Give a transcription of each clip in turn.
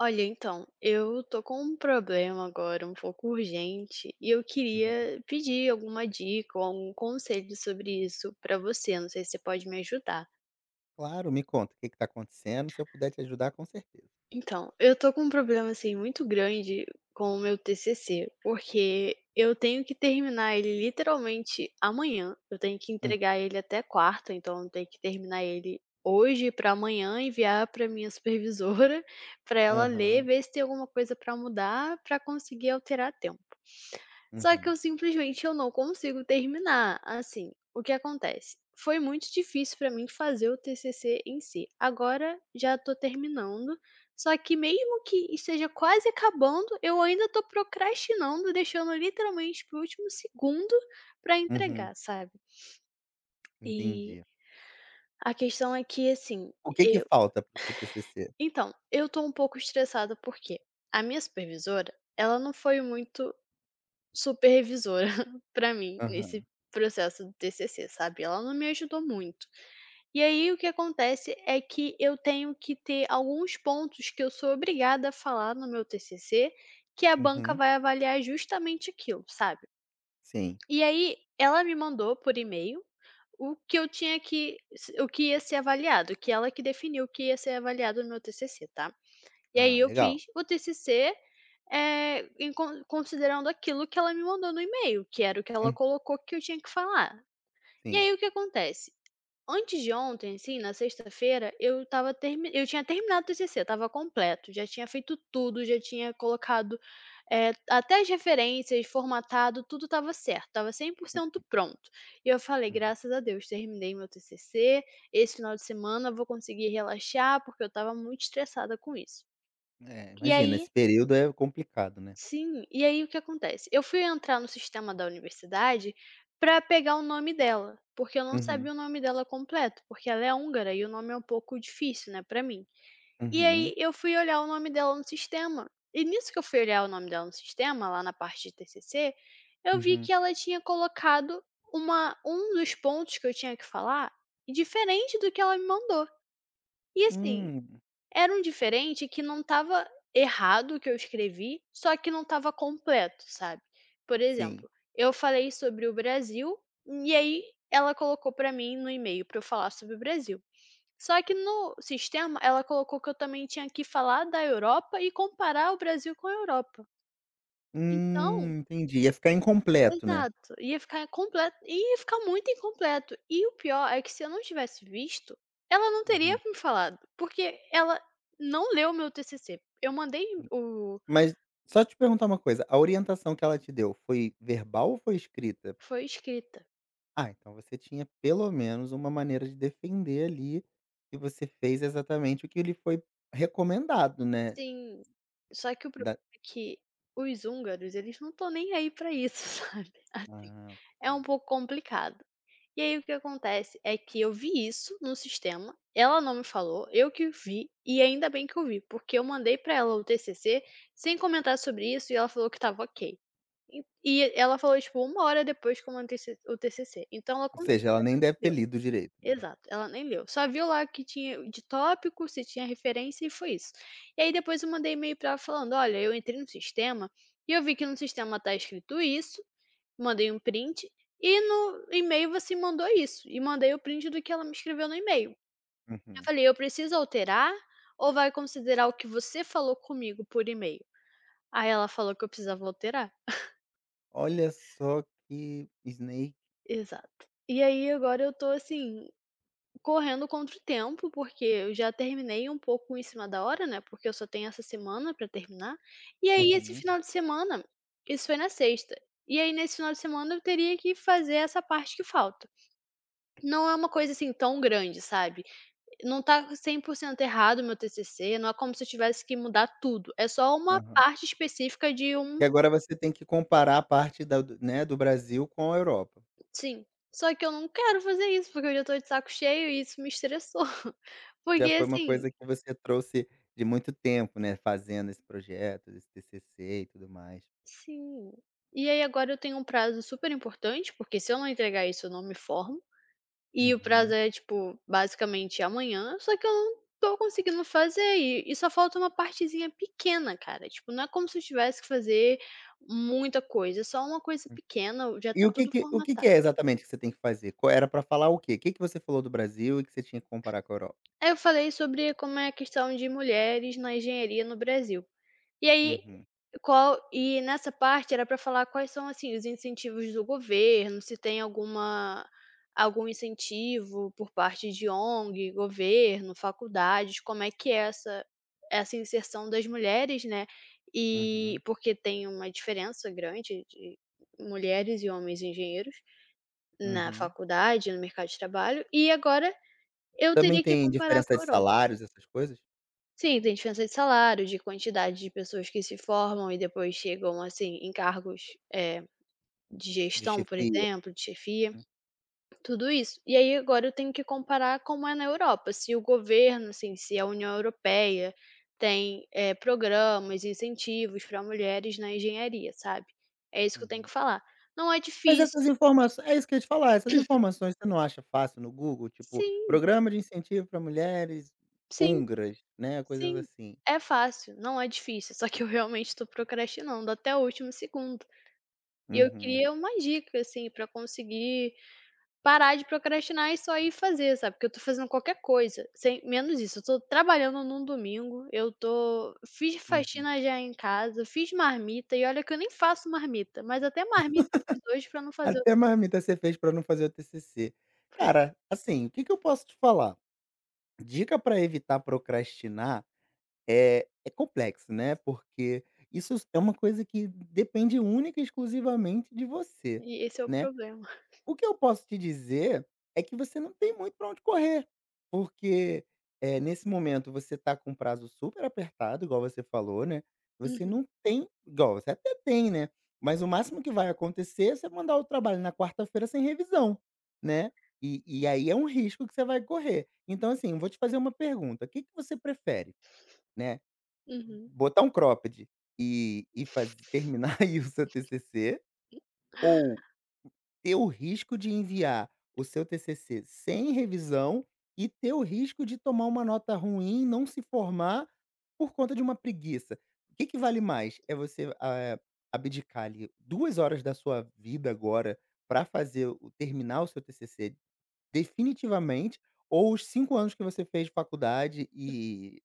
Olha, então, eu tô com um problema agora um pouco urgente e eu Uhum. queria pedir alguma dica ou algum conselho sobre isso pra você. Não sei se você pode me ajudar. Claro, me conta o que está acontecendo, se eu puder te ajudar, com certeza. Então, eu tô com um problema, assim, muito grande com o meu TCC, porque eu tenho que terminar ele literalmente amanhã. Eu tenho que Hum. entregar ele até quarta, então eu tenho que terminar ele hoje pra amanhã, enviar pra minha supervisora, pra ela ler, Aham, ver se tem alguma coisa pra mudar, pra conseguir alterar a tempo. Só que uhum, eu simplesmente eu não consigo terminar. Assim, o que acontece? Foi muito difícil pra mim fazer o TCC em si. Agora já tô terminando, só que mesmo que esteja quase acabando, eu ainda tô procrastinando, deixando literalmente para o último segundo pra uhum, entregar, sabe. E entendi. a questão é que, assim, O que que eu falta para o seu TCC? então, eu tô um pouco estressada, porque a minha supervisora, ela não foi muito supervisora pra mim, nesse Aham, processo do TCC, sabe. Ela não me ajudou muito. E aí o que acontece é que eu tenho que ter alguns pontos que eu sou obrigada a falar no meu TCC, que a banca uhum, vai avaliar justamente aquilo, sabe. sim. E aí ela me mandou por e-mail o que eu tinha que o que ia ser avaliado, que ela que definiu o que ia ser avaliado no meu TCC, tá. E aí Ah, eu legal. fiz o TCC, em considerando aquilo que ela me mandou no e-mail, que era o que ela Hum, colocou que eu tinha que falar. E sim, aí o que acontece, antes de ontem, assim, na sexta-feira, eu tinha terminado o TCC, estava completo, já tinha feito tudo, já tinha colocado, até as referências, formatado, tudo estava certo, estava 100% pronto. E eu falei: uhum. "Graças a Deus, terminei meu TCC, esse final de semana vou conseguir relaxar", porque eu estava muito estressada com isso. É, E imagina, aí esse período é complicado, né. Sim, e aí o que acontece? Eu fui entrar no sistema da universidade para pegar o nome dela, porque eu não Uhum, sabia o nome dela completo, porque ela é húngara e o nome é um pouco difícil, né, para mim. E uhum, aí eu fui olhar o nome dela no sistema, e nisso que eu fui olhar o nome dela no sistema, lá na parte de TCC, eu vi uhum. que ela tinha colocado uma um dos pontos que eu tinha que falar, diferente do que ela me mandou. E assim, Hum, era um diferente que não estava errado o que eu escrevi, só que não estava completo, sabe. Por sim. exemplo, eu falei sobre o Brasil, e aí ela colocou para mim no e-mail para eu falar sobre o Brasil. Só que no sistema ela colocou que eu também tinha que falar da Europa e comparar o Brasil com a Europa. Então Entendi, ia ficar incompleto, né. Exato, ia ficar muito incompleto. E o pior é que se eu não tivesse visto, ela não teria Uhum. me falado, porque ela não leu o meu TCC. Eu mandei o Mas só te perguntar uma coisa, a orientação que ela te deu foi verbal ou foi escrita? Foi escrita. Ah, então você tinha pelo menos uma maneira de defender ali, e você fez exatamente o que lhe foi recomendado, né, Sim, só que o problema da é que os húngaros, eles não estão nem aí pra isso, sabe, assim, ah, é ok. um pouco complicado. E aí o que acontece é que eu vi isso no sistema, ela não me falou, eu que vi, e ainda bem que eu vi, porque eu mandei pra ela o TCC sem comentar sobre isso e ela falou que estava ok. E e ela falou, tipo, uma hora depois que eu mandei o TCC, então ela Ou conseguiu. seja, ela nem deve ter lido direito, né. Exato, ela nem leu. Só viu lá que tinha de tópico, se tinha referência e foi isso. E aí depois eu mandei e-mail pra ela falando: "Olha, eu entrei no sistema e eu vi que no sistema tá escrito isso", mandei um print, "e no e-mail você mandou isso", e mandei o print do que ela me escreveu no e-mail. Eu Uhum. falei: "Eu preciso alterar ou vai considerar o que você falou comigo por e-mail?". Aí ela falou que eu precisava alterar. Olha só que Snake Exato. E aí agora eu tô assim, correndo contra o tempo, porque eu já terminei um pouco em cima da hora, né, porque eu só tenho essa semana pra terminar. E aí, uhum, esse uhum, final de semana isso foi na sexta. E aí nesse final de semana eu teria que fazer essa parte que falta. Não é uma coisa, assim, tão grande, sabe. Não tá 100% errado o meu TCC, não é como se eu tivesse que mudar tudo, é só uma aham. parte específica de um. E agora você tem que comparar a parte do Brasil com a Europa. Sim. Só que eu não quero fazer isso, porque eu já tô de saco cheio e isso me estressou. Já Porque foi uma assim. coisa que você trouxe de muito tempo, né, fazendo esse projeto, esse TCC e tudo mais. Sim. E aí agora eu tenho um prazo super importante, porque se eu não entregar isso eu não me formo, e o prazo Uhum. é tipo basicamente amanhã, só que eu não tô conseguindo fazer e só falta uma partezinha pequena, cara, tipo, não é como se eu tivesse que fazer muita coisa, é só uma coisa pequena, já E tá o que tudo que o que formatado. que é exatamente que você tem que fazer? Qual era pra falar o quê? O que que você falou do Brasil e que você tinha que comparar com a Europa? Aí eu falei sobre como é a questão de mulheres na engenharia no Brasil. E aí Uhum, Qual e nessa parte era para falar quais são, assim, os incentivos do governo, se tem algum incentivo por parte de ONG, governo, faculdades, como é que é essa inserção das mulheres, né, e uhum, porque tem uma diferença grande de mulheres e homens engenheiros na uhum. faculdade, no mercado de trabalho, e agora eu Também teria que tem comparar diferença com de a. salários, essas coisas? Sim, tem diferença de salário, de quantidade de pessoas que se formam e depois chegam, assim, em cargos, eh, de De gestão, por chefia? exemplo, de chefia, Uhum. tudo isso. E aí agora eu tenho que comparar como é na Europa, se o governo, assim, se a União Europeia tem, programas, incentivos para mulheres na engenharia, sabe. É isso que eu tenho que Uhum. falar. Não é Mas difícil. essas informações é isso que eu ia te falar, essas informações você não acha fácil no Google? Tipo, Sim, programa de incentivo para mulheres sim, húngaras, né, coisas sim. assim. É fácil, não é difícil, só que eu realmente estou procrastinando até o último segundo. E eu Uhum, queria uma dica, assim, pra conseguir parar de procrastinar e só ir fazer, sabe, porque eu tô fazendo qualquer coisa, sem menos isso, eu tô trabalhando num domingo, eu tô fiz uhum. faxina já em casa, fiz marmita e olha que eu nem faço marmita, mas até marmita eu fiz hoje pra não fazer Até outra marmita você fez para não fazer o TCC. coisa, Cara, assim, o que que eu posso te falar? Dica para evitar procrastinar é complexo, né, porque isso é uma coisa que depende única e exclusivamente de você, e esse é o né. problema. O que eu posso te dizer é que você não tem muito para onde correr, porque, nesse momento você está com um prazo super apertado, igual você falou, né, você Uhum, não tem igual, você até tem, né, mas o máximo que vai acontecer é você mandar o trabalho na quarta-feira sem revisão, né, e aí é um risco que você vai correr. Então, assim, vou te fazer uma pergunta, o que que você prefere, né, uhum. botar um cropped e faz terminar aí o seu T C C? Ou ter o risco de enviar o seu TCC sem revisão e ter o risco de tomar uma nota ruim, e não se formar por conta de uma preguiça. O que que vale mais? É você, ah, abdicar ali 2 horas da sua vida agora para fazer o terminar o seu TCC definitivamente, ou os 5 anos que você fez de faculdade e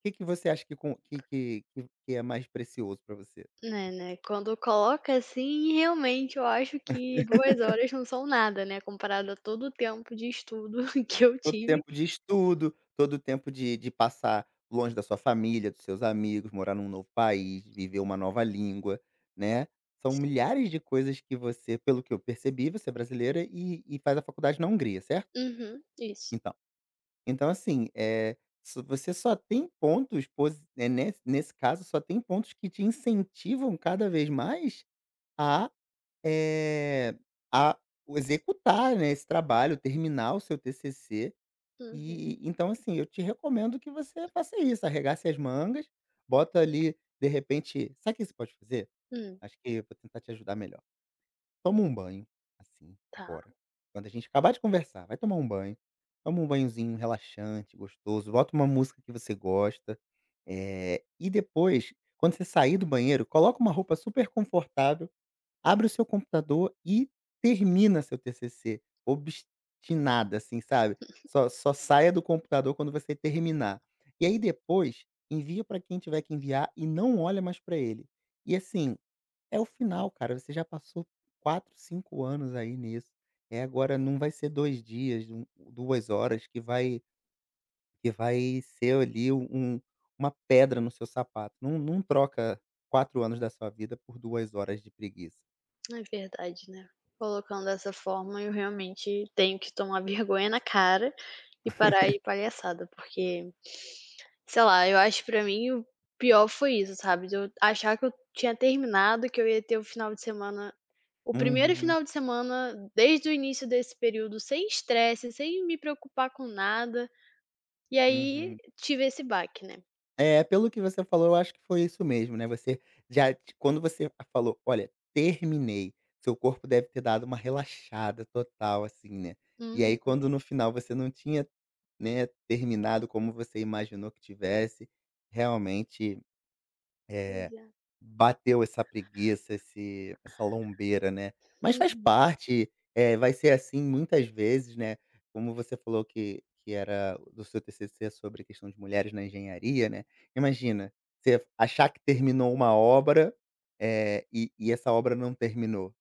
o que que você acha que com que é mais precioso para você? É, né, quando coloca assim, realmente eu acho que 2 horas não são nada, né, comparado a todo o tempo de estudo que eu Todo tive. tempo de estudo, todo tempo de passar longe da sua família, dos seus amigos, morar num novo país, viver uma nova língua, né. São Sim. milhares de coisas que você, pelo que eu percebi, você é brasileira e faz a faculdade na Hungria, certo? Uhum, isso. Então então assim, é só você só tem pontos posi eh, nesse nesse caso, só tem pontos que te incentivam cada vez mais a, eh, a executar, né, esse trabalho, terminar o seu TCC. Uhum. E então, assim, eu te recomendo que você faça isso, arregace as mangas, bota ali, de repente sabe o que você pode fazer? Hum, Acho que eu vou tentar te ajudar melhor. Toma um banho, assim, tá, agora. Quando a gente acabar de conversar, vai tomar um banho, toma um banhozinho relaxante, gostoso, bota uma música que você gosta, e depois, quando você sair do banheiro, coloca uma roupa super confortável. Abre o seu computador e termina seu TCC, obstinada, assim, sabe. Só saia do computador quando você terminar. E aí depois, envia para quem tiver que enviar e não olha mais para ele. E assim, é o final, cara, você já passou quatro, 5 anos aí nisso. É agora, não vai ser 2 dias, 2 horas que vai ser ali uma pedra no seu sapato. Não troca 4 anos da sua vida por 2 horas de preguiça. é verdade, né. Colocando dessa forma, eu realmente tenho que tomar vergonha na cara e parar de palhaçada, porque, sei lá, eu acho que pra mim o pior foi isso, sabe, de eu achar que eu tinha terminado, que eu ia ter o primeiro Uhum. final de semana desde o início desse período sem estresse, sem me preocupar com nada, e aí Uhum. tive esse baque, né. É, pelo que você falou, eu acho que foi isso mesmo, né, você já t quando você falou: "Olha, terminei", seu corpo deve ter dado uma relaxada total, assim, né. E aí Uhum, quando no final você não tinha, né, terminado como você imaginou que tivesse, realmente, pois eh é. Bateu essa preguiça, esse essa lombeira, né. Mas faz Uhum, parte, é, vai ser assim muitas vezes, né, como você falou que era do seu TCC sobre a questão de mulheres na engenharia, né. Imagina, você achar que terminou uma obra, e essa obra não terminou.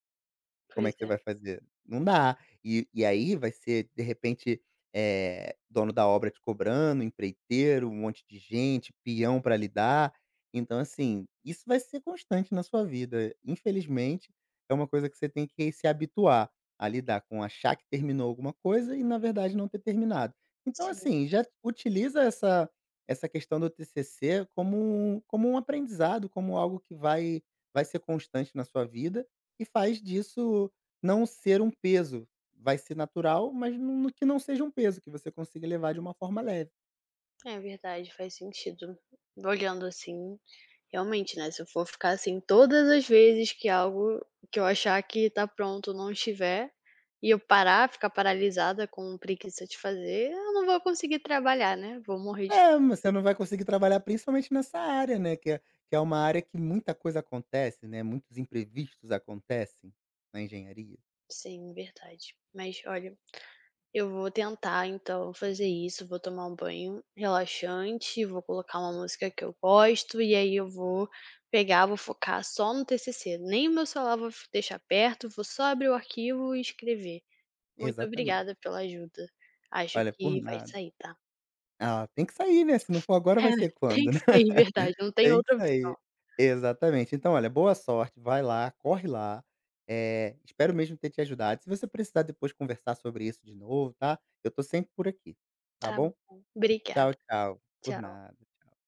Como é pois que você é, vai fazer? Não dá. E aí vai ser, de repente, dono da obra te cobrando, empreiteiro, um monte de gente, peão para lidar. Então, assim, isso vai ser constante na sua vida. Infelizmente, é uma coisa que você tem que se habituar a lidar com achar que terminou alguma coisa e, na verdade, não ter terminado. Então, sim. assim, já utiliza essa questão do TCC como um aprendizado, como algo que vai ser constante na sua vida e faz disso não ser um peso. Vai ser natural, mas não que não seja um peso, que você consiga levar de uma forma leve. É verdade, faz sentido. Olhando assim, realmente, né, se eu for ficar assim todas as vezes que algo que eu achar que tá pronto não estiver, e eu parar, ficar paralisada com preguiça de fazer, eu não vou conseguir trabalhar, né, vou morrer de fome. É, mas você não vai conseguir trabalhar principalmente nessa área, né, que é uma área que muita coisa acontece, né, muitos imprevistos acontecem na engenharia. Sim, verdade. Mas olha. Eu vou tentar então fazer isso, vou tomar um banho relaxante, vou colocar uma música que eu gosto e aí eu vou pegar, vou focar só no TCC. Nem o meu celular vou deixar perto, vou só abrir o arquivo e escrever. Muito Exatamente. obrigada pela ajuda. Acho Olha, por que vai nada. sair, tá? Ah, tem que sair, né, se não for agora É, vai ser tem quando? que sair, verdade, não tem Tem que outra sair. opção. Exatamente. Então olha, boa sorte, vai lá, corre lá, espero mesmo ter te ajudado. Se você precisar depois conversar sobre isso de novo, tá, eu estou sempre por aqui, tá Tá bom? bom. Obrigada. Tchau, tchau. Por Tchau. nada.